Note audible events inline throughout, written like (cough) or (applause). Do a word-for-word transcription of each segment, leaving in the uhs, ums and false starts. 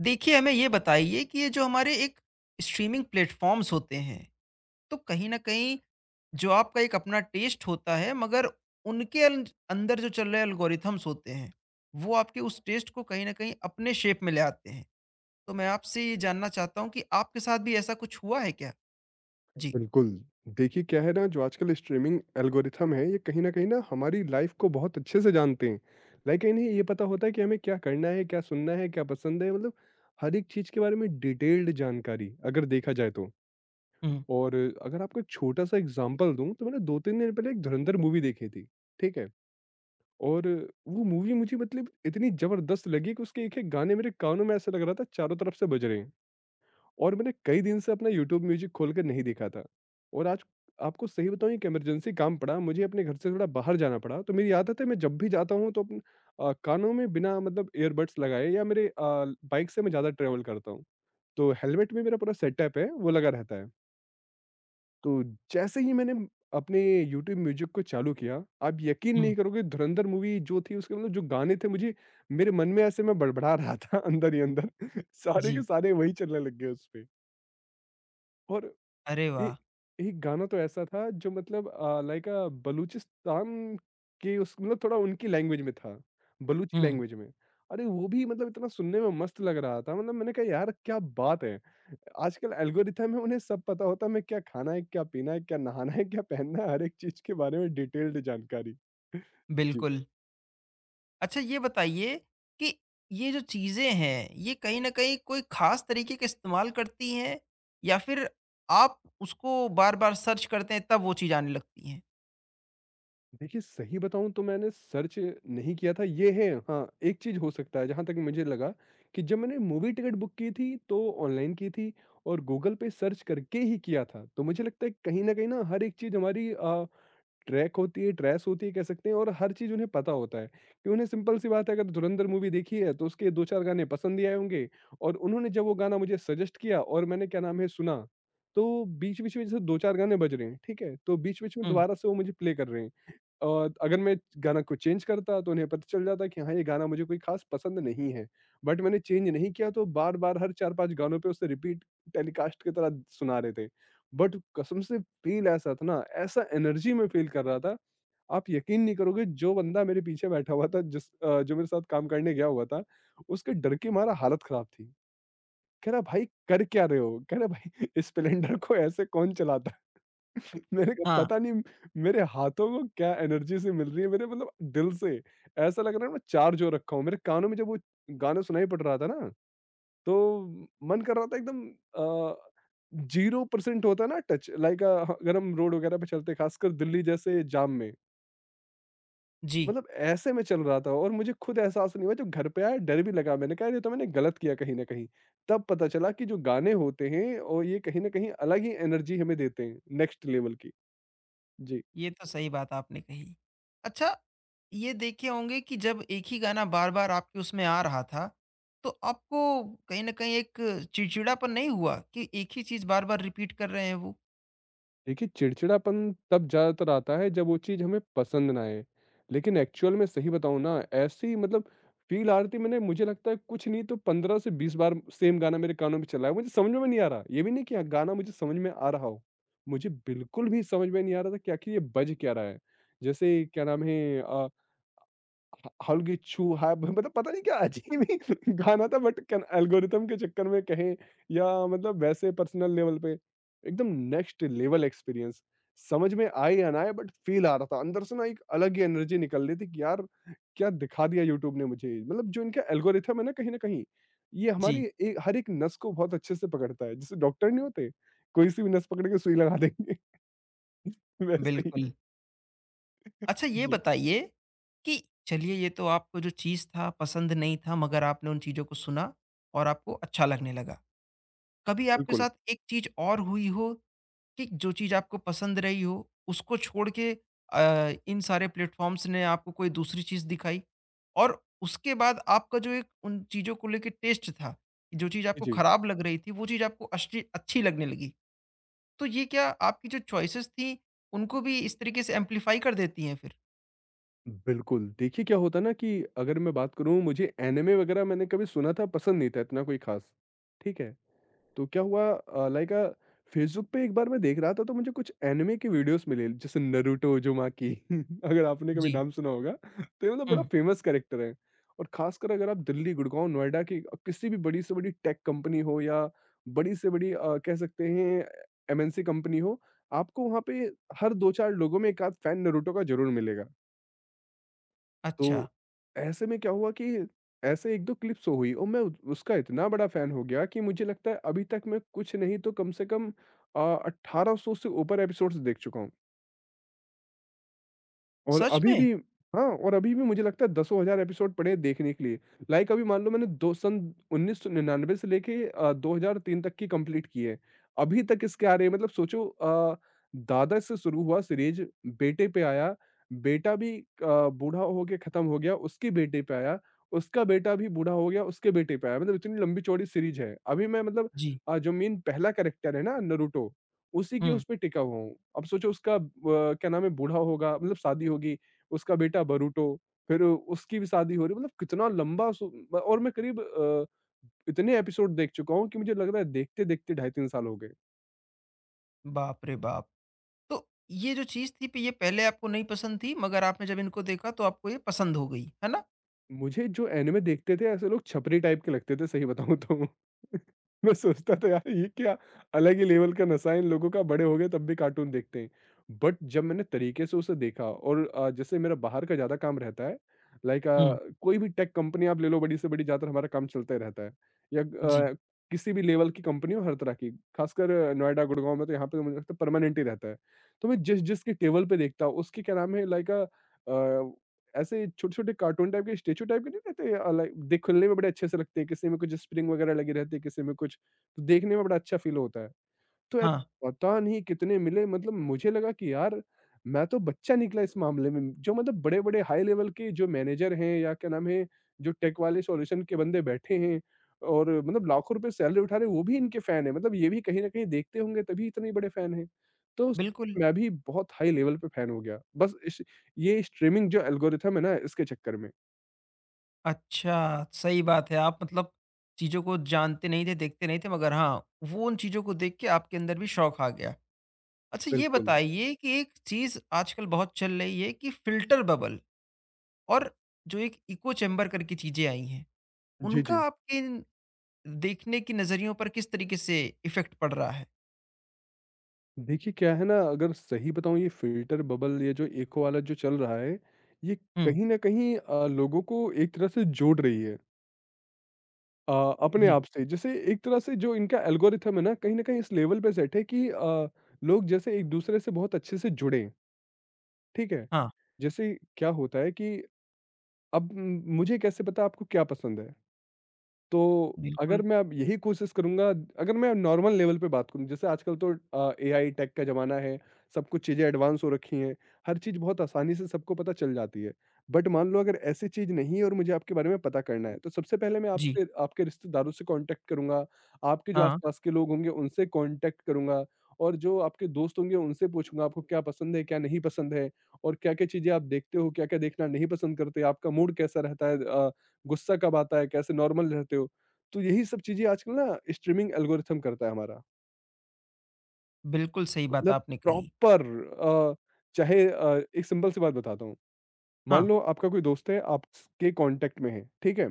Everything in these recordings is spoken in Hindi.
देखिए, हमें ये बताइए कि ये जो हमारे एक स्ट्रीमिंग प्लेटफ़ॉर्म्स होते हैं, तो कहीं न कहीं जो आपका एक अपना टेस्ट होता है मगर उनके अंज अंदर जो चल रहे एल्गोरिथम्स होते हैं, वो आपके उस टेस्ट को कहीं न कहीं अपने शेप में ले आते हैं। तो मैं आपसे ये जानना चाहता हूँ कि आपके साथ भी ऐसा कुछ हुआ है क्या? जी। बिल्कुल। देखिए, क्या है ना, जो आजकल स्ट्रीमिंग एल्गोरिथम है, ये कहीं न कहीं ना हमारी लाइफ़ को बहुत अच्छे से जानते हैं। लाइक इन्हें ये पता होता है कि हमें क्या करना है, क्या सुनना है, क्या पसंद है, मतलब हर एक चीज़ के बारे में डिटेल्ड जानकारी, अगर देखा जाए तो। हुँ, और अगर आपको छोटा-सा एग्ज़ाम्पल दूँ, तो मैंने दो तीन दिन पहले एक धुरंधर मूवी देखी थी। ठीक है? और वो मूवी मुझे मतलब इतनी ज़बरदस्त लगी कि उसके एक-एक गाने मेरे कानों में ऐसा लग रहा था, चारों तरफ से बज रहे हैं। और मैंने कई दिन से अपना यूट्यूब म्यूजिक खोल कर नहीं देखा था। और आज आपको सही बताऊं, एक इमरजेंसी काम पड़ा, मुझे अपने घर से थोड़ा बाहर जाना पड़ा। तो मेरी आदत है, मैं जब भी जाता हूँ तो अपने अ, कानों में बिना मतलब ईयरबड्स लगाए, या मेरे आ, बाइक से मैं ज़्यादा ट्रेवल करता हूँ, तो हेलमेट में मेरा पूरा सेटअप है, वो लगा रहता है। तो जैसे ही मैंने अपने यूट्यूब म्यूजिक को चालू किया, आप यकीन हुँ। नहीं करोगे, धुरंधर मूवी जो थी, उसके मतलब जो गाने थे, मुझे मेरे मन में ऐसे मैं बड़बड़ा रहा था (laughs) अंदर ही अंदर (laughs) सारे के जी। सारे वही चलने लग गए उस पे। और अरे ए वाह! एक गाना तो ऐसा था, जो मतलब अ, लाइक अ, बलूचिस्तान के, उस मतलब थोड़ा उनकी लैंग्वेज में था, बलूची हुँ, लैंग्वेज में। अरे! वो भी मतलब इतना सुनने में मस्त लग रहा था, मतलब मैंने कहा, यार क्या बात है। आजकल एल्गोरिथम है, उन्हें सब पता होता है, हमें क्या खाना है, क्या पीना है, क्या नहाना है, क्या पहनना है, हर एक चीज़ के बारे में डिटेल्ड जानकारी। जी। बिल्कुल। अच्छा, ये बताइए कि ये जो चीज़ें हैं, ये कहीं न कहीं कोई ख़ास तरीके का इस्तेमाल करती हैं या फिर आप उसको बार-बार सर्च करते हैं तब वो चीज़ आने लगती हैं? देखिए, सही बताऊँ तो मैंने सर्च नहीं किया था। ये है, हाँ, एक चीज़ हो सकता है जहाँ तक मुझे लगा, कि जब मैंने मूवी टिकट बुक की थी, तो ऑनलाइन की थी, और गूगल पे सर्च करके ही किया था। तो मुझे लगता है कहीं न कहीं ना हर एक चीज़ हमारी अ, ट्रैक होती है, ट्रेस होती है, कह सकते हैं। और हर चीज़ उन्हें पता होता है कि उन्हें सिंपल सी बात है, अगर धुरंधर मूवी देखी है, तो उसके दो चार गाने पसंद ही आए होंगे। और उन्होंने जब वो गाना मुझे सजेस्ट किया, और मैंने क्या नाम है सुना, तो बीच-बीच में जैसे दो चार गाने बज रहे हैं, ठीक है? तो बीच-बीच में हुँ, दोबारा से वो मुझे प्ले कर रहे हैं। और अगर मैं गाना को चेंज करता, तो उन्हें पता चल जाता कि हाँ, ये गाना मुझे कोई ख़ास पसंद नहीं है। बट मैंने चेंज नहीं किया, तो बार-बार हर चार पाँच गानों पे उसे रिपीट टेलीकास्ट की तरह सुना रहे थे। बट कसम से फ़ील ऐसा था ना, ऐसा एनर्जी में फ़ील कर रहा था। आप यकीन नहीं करोगे, जो बंदा मेरे पीछे बैठा हुआ था, जिस अ, जो मेरे साथ काम करने गया हुआ था, उसके डर के मारा हालत ख़राब थी। कह रहा, भाई कर क्या रहे हो? कह रहा, भाई (laughs) स्प्लेंडर को ऐसे कौन चलाता? (laughs) मैंने कहा हाँ। पता नहीं। मेरे हाथों को क्या एनर्जी सी मिल रही है, मेरे मतलब दिल से ऐसा लग रहा है मैं चार्ज हो रखा हूँ। मेरे कानों में जब वो गाना सुनाई पड़ रहा था ना, तो मन कर रहा था, एकदम जीरो परसेंट होता है ना टच, लाइक अगर हम रोड वगैरह पे चलते, खासकर दिल्ली जैसे जाम में, जी। मतलब ऐसे में चल रहा था। और मुझे खुद एहसास नहीं हुआ, जब घर पे आया डर भी लगा, मैंने कहा ये तो मैंने गलत किया कहीं ना कहीं। तब पता चला कि जो गाने होते हैं, और ये कहीं ना कहीं अलग ही एनर्जी हमें देते हैं, नेक्स्ट लेवल की। जी। ये तो सही बात आपने कही। अच्छा, ये देखे होंगे कि जब एक ही गाना बार-बार आपके उसमें आ रहा था, तो आपको कहीं न कहीं एक चिड़चिड़ापन नहीं हुआ कि एक ही चीज़ बार-बार रिपीट कर रहे हैं वो? देखिए, चिड़चिड़ापन तब ज़्यादातर आता है, जब वो चीज़ हमें पसंद ना आए। लेकिन एक्चुअल में सही बताऊँ ना, ऐसी मतलब फ़ील आ रही थी, मैंने मुझे लगता है कुछ नहीं तो पंद्रह से बीस बार सेम गाना मेरे कानों में चला है। मुझे समझ में नहीं आ रहा। ये भी नहीं कि हाँ, गाना मुझे समझ में आ रहा हो। मुझे बिल्कुल भी समझ में नहीं आ रहा था कि आखिर ये बज क्या रहा है। जैसे क्या नाम है, अ ह हल्गी छू है, मतलब पता नहीं क्या अजीब ही (laughs) गाना था। बट कन एल्गोरिथम के चक्कर में कहें, या मतलब वैसे पर्सनल लेवल पे, एकदम नेक्स्ट लेवल एक्सपीरियंस। समझ में आए या ना आए, बट फ़ील आ रहा था। अंदर से ना एक अलग ही एनर्जी निकल रही थी कि यार, क्या दिखा दिया यूट्यूब ने मुझे। मतलब जो इनका एल्गोरिथम है ना, कहीं न कहीं, ये जी, हमारी ए हर एक नस को बहुत अच्छे से पकड़ता है। जैसे डॉक्टर नहीं होते, कोई-सी भी नस पकड़ के सुई लगा देंगे, (laughs) वैसे ही। बिल्कुल। अच्छा, ये जी, बताइए कि चलिए ये तो आपको जो चीज़ था पसंद नहीं था मगर आपने उन चीज़ों को सुना और आपको अच्छा लगने लगा। कभी आपके बिल्कुल। साथ एक चीज़ और हुई हो कि जो चीज़ आपको पसंद रही हो उसको छोड़ के अ, इन सारे प्लेटफ़ॉर्म्स ने आपको कोई दूसरी चीज़ दिखाई? और उसके बाद आपका जो एक उन चीज़ों को लेके टेस्ट था, जो चीज़ जी, आपको जी। खराब लग रही थी वो चीज़ आपको अच्छी अच्छी लगने लगी। तो ये क्या आपकी जो चॉइसेस थी उनको भी इस तरीके से एम्प्लीफ़ाई कर देती हैं फिर? बिल्कुल, देखिए क्या होता है ना, कि अगर मैं बात करूँ, मुझे एनिमे वगैरह मैंने कभी सुना था, पसंद नहीं था इतना कोई ख़ास, ठीक है? तो क्या हुआ अ, लाइक अ, फेसबुक पे एक बार मैं देख रहा था, तो मुझे कुछ एनिमे की वीडियोज़ मिले, जैसे नारुतो उज़ुमाकी। (laughs) अगर आपने कभी जी। नाम सुना होगा, तो ये मतलब बड़ा हुँ। फ़ेमस कैरेक्टर है। और ख़ासकर अगर आप दिल्ली, गुड़गाँव, नोएडा की अ, किसी भी बड़ी से बड़ी टेक कंपनी हो, या बड़ी से बड़ी अ, कह सकते हैं एम एन सी कंपनी हो, आपको वहाँ पे हर दो चार लोगों में एक आध फ़ैन नारुतो का ज़रूर मिलेगा। तो अच्छा, ऐसे में क्या हुआ कि ऐसे एक दो क्लिप्स हुई, और मैं उस- उसका इतना बड़ा फ़ैन हो गया कि मुझे लगता है अभी तक मैं कुछ नहीं तो कम से कम अ, अठारह सौ से ऊपर एपिसोड्स देख चुका हूँ। और सच अभी में? भी, हाँ, और अभी भी मुझे लगता है दसों हज़ार एपिसोड पड़े हैं देखने के लिए। लाइक अभी मान लो, मैंने दो सन उन्नीस सौ निन्यानवे से लेके अ, दो हज़ार तीन तक की कंप्लीट की है। अभी तक इसके आ रहे हैं, मतलब सोचो, अ, दादा से शुरू हुआ सीरीज़, बेटे पे आया, बेटा भी अ, बूढ़ा हो के खत्म हो गया, उसके बेटे पे आया, उसका बेटा भी बूढ़ा हो गया, उसके बेटे पे आया, मतलब इतनी लंबी-चौड़ी सीरीज़ है। अभी मैं मतलब जी, अ, जो मेन पहला कैरेक्टर है ना, नारुतो, उसी के हुँ, उस पे टिका हुआ हूँ। अब सोचो उसका अ, क्या नाम है, बूढ़ा होगा, मतलब शादी होगी, उसका बेटा बरूटो, फिर उसकी भी शादी हो रही, मतलब कितना लंबा सो। और मैं करीब अ, इतने एपिसोड देख चुका हूँ कि मुझे लग रहा है देखते-देखते ढाई तीन साल हो गए। बाप रे बाप! तो ये जो चीज़ थी प ये पहले आपको नहीं पसंद थी मगर आपने जब इनको देखा तो आपको ये पसंद हो गई, है ना? मुझे जो एनिमे देखते थे, ऐसे लोग छपरी टाइप के लगते थे, सही बताऊँ तो। (laughs) मैं सोचता था यार, ये क्या अलग ही लेवल का नशा है इन लोगों का, बड़े हो गए तब भी कार्टून देखते हैं। बट जब मैंने तरीके से उसे देखा और अ, जैसे मेरा बाहर का ज़्यादा काम रहता है, लाइक हुँ। अ, कोई भी टेक कंपनी आप ले लो बड़ी से बड़ी, ज़्यादातर हमारा काम चलता ही रहता है। या जी, अ, किसी भी लेवल की कंपनी हो हर तरह की, खासकर अ, नोएडा, गुड़गाँव में तो यहाँ पे, तो मुझे लगता है परमानेंट ही रहता है। तो मैं जिस-जिस के टेबल पे देखता हूँ उसके क्या नाम है, लाइक अ अ, ऐसे छोटे-छोटे कार्टून टाइप के स्टैचू टाइप के नहीं रहते, अ, लाइक दिखने में बड़े अच्छे से लगते हैं, किसी में कुछ स्प्रिंग वगैरह लगे रहते हैं, किसी में कुछ, तो देखने में बड़ा अच्छा फ़ील होता है। तो ऐ हाँ, पता नहीं कितने मिले, मतलब मुझे लगा कि यार, मैं तो बच्चा निकला इस मामले में। जो मतलब बड़े-बड़े हाई लेवल के जो मैनेजर हैं, या क्या नाम है, जो टेक वाले सॉल्यूशन के बंदे बैठे हैं, और मतलब लाखों रुपए सैलरी उठा रहे हैं, वो भी इनके फैन हैं। मतलब ये भी कहीं न कहीं देखते होंगे, तभी इतने बड़े फैन हैं। तो स बिल्कुल। मैं भी बहुत हाई लेवल पे फैन हो गया। बस इस ये स्ट्रीमिंग जो एल्गोरिथम है ना, इसके चक्कर में। अच्छा, सही बात है आप मतलब चीज़ों को जानते नहीं थे, देखते नहीं थे मगर हाँ, वो उन चीज़ों को देख के आपके अंदर भी शौक आ गया। अच्छा, ये बिल्कुल। बताइए कि एक चीज़ आजकल बहुत चल रही है कि फ़िल्टर बबल और जो एक इको चैम्बर करके चीज़ें आई हैं, जी, उनका जी। आपके देखने के नज़रियों पर किस तरीके से इफ़ेक्ट पड़ रहा है। देखिए, क्या है ना, अगर सही बताऊँ, ये फ़िल्टर बबल, ये जो इको वाला जो चल रहा है, ये हुँ, कहीं न कहीं अ, लोगों को एक तरह से जोड़ रही है, अ, अपने जी, आप से। जैसे एक तरह से जो इनका एल्गोरिथम है ना, कहीं न कहीं इस लेवल पे सेट है कि अ, लोग जैसे एक-दूसरे से बहुत अच्छे से जुड़ें, ठीक है? हाँ, जैसे क्या होता है कि अब उम, मुझे कैसे पता आपको क्या पसंद है? तो बिल्कुल, अगर मैं अब यही कोशिश करूँगा अगर मैं नॉर्मल लेवल पे बात करूँ जैसे आजकल तो अ, एआई टेक का ज़माना है, सब कुछ चीज़ें एडवांस हो रखी हैं, हर चीज़ बहुत आसानी से सबको पता चल जाती है। बट मान लो अगर ऐसी चीज़ नहीं है और मुझे आपके बारे में पता करना है, तो सबसे पहले मैं जी, आपसे आपके रिश्तेदारों से कॉन्टैक्ट करूँगा, आपके जो हाँ, आस-पास के लोग होंगे उनसे कॉन्टैक्ट करूँगा और जो आपके दोस्त होंगे उनसे पूछूँगा आपको क्या पसंद है, क्या नहीं पसंद है और क्या-क्या चीज़ें आप देखते हो, क्या-क्या देखना नहीं पसंद करते, आपका मूड कैसा रहता है अ गुस्सा कब आता है, कैसे नॉर्मल रहते हो? तो यही सब चीज़ें आजकल ना स्ट्रीमिंग एल्गोरिथम करता है हमारा। बिल्कुल सही बात मतलब आपने कही। प्रॉपर अ, चाहे अ, एक सिंपल सी बात बताता हूँ। मान हाँ, लो आपका कोई दोस्त है, आपके कॉन्टैक्ट में है, ठीक है?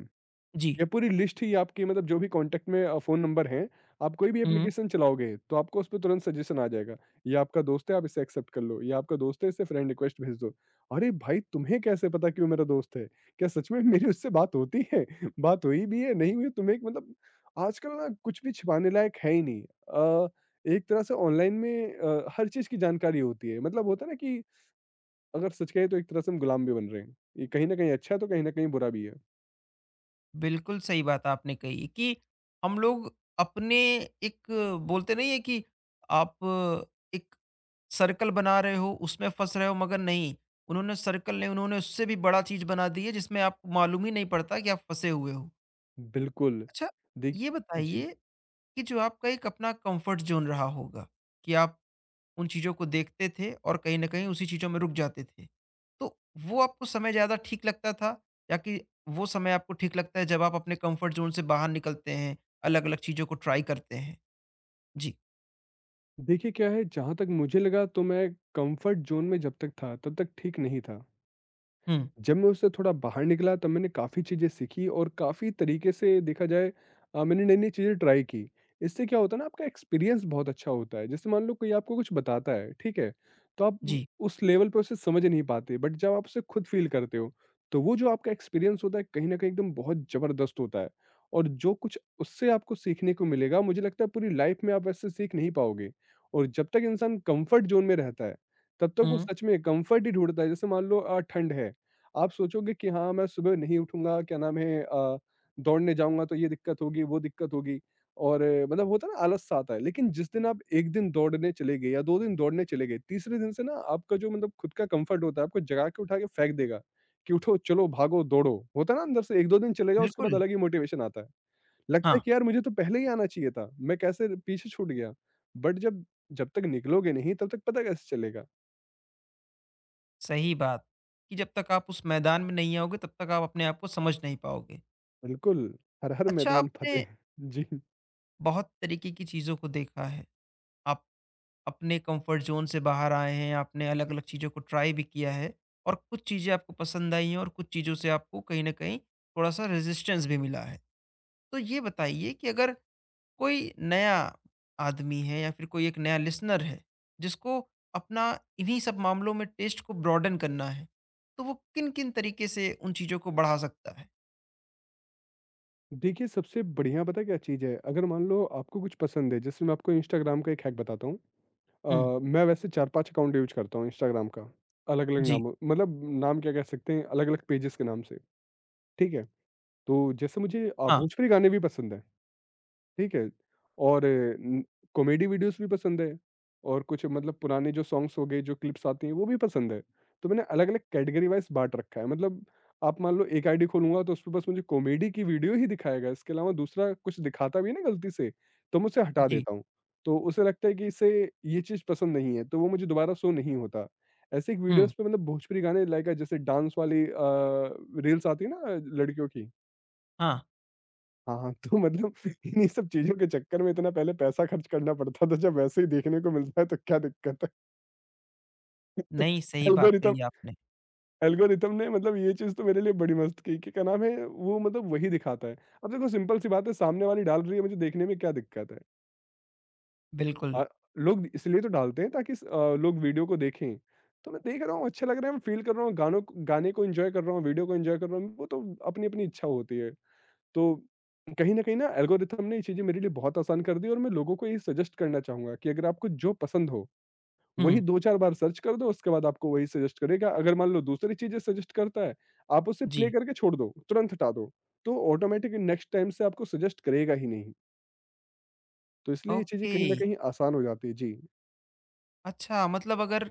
जी, ये पूरी लिस्ट ही आपकी मतलब जो भी कॉन्टैक्ट में अ, फ़ोन नंबर हैं, आप कोई भी हुँ, एप्लीकेशन चलाओगे, तो आपको उसपे तुरंत सजेशन आ जाएगा। ये आपका दोस्त है, आप इसे एक्सेप्ट कर लो। ये आपका दोस्त है, इसे फ्रेंड रिक्वेस्ट भेज दो। अरे भाई! तुम्हें कैसे पता कि वो मेरा दोस्त है? क्या सच में मेरी उससे बात होती है? (laughs) बात हुई भी है, नहीं हुई? तुम्हें मतलब आजकल ना कुछ भी छिपाने लायक है ही नहीं। अ, एक तरह से ऑनलाइन में अ, हर चीज़ की जानकारी होती है। मतलब होता है ना कि अगर सच कहें तो एक तरह से हम गुलाम भी बन रहे हैं। ये कहीं न कहीं अच्छा है, तो कहीं न कहीं बुरा भी है। बिल्कुल सही बात आपने कही कि हम लोग अपने एक बोलते नहीं है कि आप एक सर्कल बना रहे हो, उसमें फँस रहे हो मगर नहीं, उन्होंने सर्कल नहीं, उन्होंने उससे भी बड़ा चीज़ बना दी है जिसमें आपको मालूम ही नहीं पड़ता कि आप फँसे हुए हो। बिल्कुल। अच्छा, देख ये जी। बताइए कि जो आपका एक अपना कम्फ़र्ट ज़ोन रहा होगा कि आप उन चीज़ों को देखते थे और कहीं न कहीं उसी चीज़ों में रुक जाते थे। तो वो आपको समय ज़्यादा ठीक लगता था या कि वो समय आपको ठीक लगता है जब आप अपने कम्फ़र्ट ज़ोन से बाहर निकलते हैं, अलग-अलग चीज़ों को ट्राई करते हैं? जी। देखिए क्या है, जहाँ तक मुझे लगा तो मैं कम्फ़र्ट ज़ोन में जब तक था, तब तक ठीक नहीं था। हुँ, जब मैं उससे थोड़ा बाहर निकला तब मैंने काफ़ी चीज़ें सीखी और काफ़ी तरीके से देखा जाए अ, मैंने नई-नई चीज़ें ट्राई की। इससे क्या होता है ना आपका एक्सपीरियंस बहुत अच्छा होता है। जैसे मान लो कोई आपको कुछ बताता है, ठीक है? तो आप उम, जी। उस लेवल पे उसे समझ नहीं पाते बट जब आप उसे खुद फ़ील करते हो, तो वो जो आपका एक्सपीरियंस होता है कहीं न कहीं एकदम बहुत ज़बरदस्त होता है। और जो कुछ उससे आपको सीखने को मिलेगा मुझे लगता है पूरी लाइफ़ में आप वैसे सीख नहीं पाओगे। और जब तक इंसान कम्फ़र्ट ज़ोन में रहता है, तब तक वो हुँ। सच में कम्फ़र्ट ही ढूँढता है। जैसे मान लो अ, ठंड है। आप सोचोगे कि हाँ, मैं सुबह नहीं उठूँगा, क्या नाम है अ, दौड़ने जाऊँगा तो ये दिक्कत होगी, वो दिक्कत होगी और अ, मतलब होता है ना आलस सा आता है। लेकिन जिस दिन आप एक दिन दौड़ने चले गए या दो दिन दौड़ने चले गए, तीसरे दिन से ना आपका जो मतलब खुद का कम्फ़र्ट होता है, आपको जगा के उठा के फेंक देगा कि उठो, चलो, भागो, दौड़ो। होता है ना अंदर से एक दो दिन चले जाओ, उसके बाद बिल्कुल। अलग ही मोटिवेशन आता है। लगता है हाँ, कि यार मुझे तो पहले ही आना चाहिए था, मैं कैसे पीछे छूट गया। बट जब जब तक निकलोगे नहीं तब तक पता कैसे चलेगा। सही बात कि जब तक आप उस मैदान में नहीं आओगे तब तक आप अपने आप को समझ नहीं पाओगे। बिल्कुल, हर हर अच्छा, मैदान आपने फ़तेह। (laughs) जी। बहुत तरीके की चीज़ों को देखा है। आप अपने कंफर्ट जोन से बाहर आए हैं, आपने अलग-अलग चीज़ों को ट्राई भी किया है और कुछ चीज़ें आपको पसंद आई हैं और कुछ चीज़ों से आपको कहीं न कहीं थोड़ा-सा रेजिस्टेंस भी मिला है। तो ये बताइए कि अगर कोई नया आदमी है या फिर कोई एक नया लिसनर है, जिसको अपना इन्हीं सब मामलों में टेस्ट को ब्रॉडेन करना है, तो वो किन-किन तरीके से उन चीज़ों को बढ़ा सकता है? देखिए, सबसे बढ़िया पता है क्या चीज़ है? अगर मान लो आपको कुछ पसंद है, जैसे मैं आपको इंस्टाग्राम का एक हैक बताता हूँ। हुँ, अ, मैं वैसे चार पाँच अकाउंट यूज़ करता हूँ इंस्टाग्राम का, अलग-अलग जी, नामों मतलब नाम क्या कह सकते हैं अलग-अलग पेजेज़ के नाम से, ठीक है? तो जैसे मुझे अ, हाँ, भोजपुरी गाने भी पसंद हैं। ठीक है। और उम, कॉमेडी वीडियोज़ भी पसंद है और कुछ मतलब पुराने जो सॉन्ग्स हो गए, जो क्लिप्स आती हैं, वो भी पसंद है। तो मैंने अलग-अलग कैटेगरी वाइज़ बाँट रखा है। मतलब आप मान लो एक आईडी खोलूँगा तो उसपे बस मुझे कॉमेडी की वीडियो ही दिखाएगा, इसके अलावा दूसरा कुछ दिखाता भी है ना गलती से, तो मैं उसे हटा जी, देता हूँ। तो उसे लगता है कि इसे ये चीज़ पसंद नहीं है, तो वो मुझे दोबारा शो नहीं होता। ऐसे एक हुँ, वीडियोज़ पे मतलब भोजपुरी गाने लाइक जैसे डांस वाली अ, रील्स आती है ना लड़कियों की। हाँ। हाँ, हाँ। तो मतलब (laughs) इन्हीं सब चीज़ों के चक्कर में इतना पहले पैसा खर्च करना पड़ता था, जब वैसे ही देखने को मिलता है तो क्या दिक्कत है। (laughs) तो नहीं, सही बात एल्गोरिथम कही आपने। एल्गोरिथम ने मतलब ये चीज़ तो मेरे लिए बड़ी मस्त की कि क्या नाम है, वो मतलब वही दिखाता है। अब देखो सिंपल सी बात है सामने वाली डाल रही है, मुझे देखने में क्या दिक्कत है? बिल्कुल, अ, लोग इसलिए तो डालते हैं ताकि स अ, लोग वीडियो को देखें। तो मैं देख रहा हूँ, अच्छा लग रहा है, मैं फ़ील कर रहा हूँ, गानों क गाने को एन्जॉय कर रहा हूँ, वीडियो को एन्जॉय कर रहा हूँ, वो तो अपनी-अपनी इच्छा होती है। तो कहीं न कहीं ना एल्गोरिथम ने ये चीज़ें मेरे लिए बहुत आसान कर दी और मैं लोगों को ये सजेस्ट करना चाहूँगा कि अगर आपको जो पसंद हो, वही हुँ, दो चार बार सर्च कर दो, उसके बाद आपको वही सजेस्ट करेगा। अगर मान लो दूसरी चीज़ें सजेस्ट करता है, आप उसे प्ले जी, करके छोड़ दो, तुरंत हटा दो, तो ऑटोमैटिक नेक्स्ट टाइम से आपको सजेस्ट करेगा ही नहीं। तो इसलिए ये चीज़ें ओके। कहीं न कहीं आसान हो जाती है। जी, अच्छा, मतलब अगर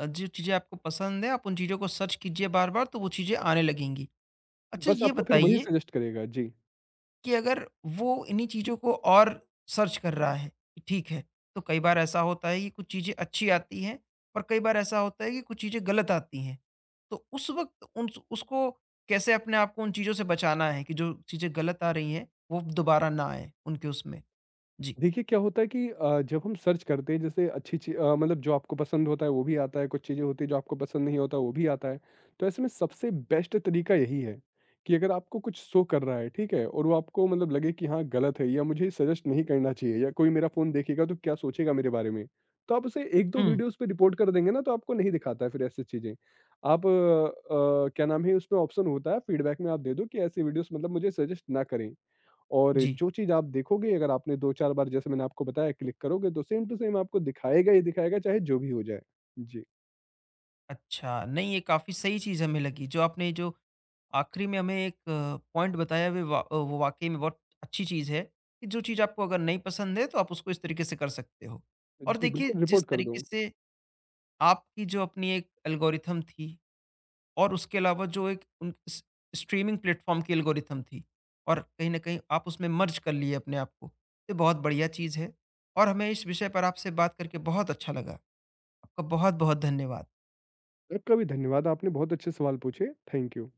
अ, जो चीज़ें आपको पसंद है, आप उन चीज़ों को सर्च कीजिए बार-बार तो वो चीज़ें आने लगेंगी। अच्छा, बस ये आपको फिर वही बताइए सजेस्ट करेगा। जी। कि अगर वो इन्हीं चीज़ों को और सर्च कर रहा है, ठीक है, तो कई बार ऐसा होता है कि कुछ चीज़ें अच्छी आती हैं और कई बार ऐसा होता है कि कुछ चीज़ें गलत आती हैं। तो उस वक़्त उन उसको कैसे अपने आप को उन चीज़ों से बचाना है कि जो चीज़ें गलत आ रही हैं, वो दोबारा ना आएँ उनके उसमें? जी। देखिए, क्या होता है कि अ, जब हम सर्च करते हैं जैसे अच्छी ची अ, मतलब जो आपको पसंद होता है वो भी आता है, कुछ चीज़ें होती हैं जो आपको पसंद नहीं होता वो भी आता है। तो ऐसे में सबसे बेस्ट तरीका यही है कि अगर आपको कुछ शो कर रहा है, ठीक है? और वो आपको मतलब लगे कि हाँ, गलत है या मुझे सजेस्ट नहीं करना चाहिए या कोई मेरा फ़ोन देखेगा तो क्या सोचेगा मेरे बारे में? तो आप उसे एक दो हुँ। वीडियोज़ पे रिपोर्ट कर देंगे ना तो आपको नहीं दिखाता है फिर ऐसी चीज़ें। आप अ, अ, क्या नाम है उसमें ऑप्शन होता है फीडबैक में आप दे दो कि ऐसी वीडियोज़ मतलब मुझे सजेस्ट ना करें। और जी। जो चीज़ आप देखोगे अगर आपने दो चार बार जैसे मैंने आपको बताया क्लिक करोगे तो सेम टू सेम आपको दिखाएगा ही दिखाएगा चाहे जो भी हो जाए। जी। अच्छा, नहीं ये काफ़ी सही चीज़ हमें लगी, जो आपने जो आखिरी में हमें एक पॉइंट बताया वे वा वो वाक़ई में बहुत अच्छी चीज़ है, कि जो चीज़ आपको अगर नहीं पसंद है तो आप उसको इस तरीके से कर सकते हो। और जी, देखिए, बिल्कुल जिस रिपोर्ट कर तरीके दूँ। से आपकी जो अपनी एक एल्गोरिथम थी और उसके अलावा जो एक उन स स्ट्रीमिंग प्लेटफ़ॉर्म की एल्गोरिथम थी और कहीं न कहीं आप उसमें मर्ज कर लिए अपने आप को, ये बहुत बढ़िया चीज़ है और हमें इस विषय पर आपसे बात करके बहुत अच्छा लगा। आपका बहुत-बहुत धन्यवाद। आपका भी धन्यवाद, आपने बहुत अच्छे सवाल पूछे। Thank you.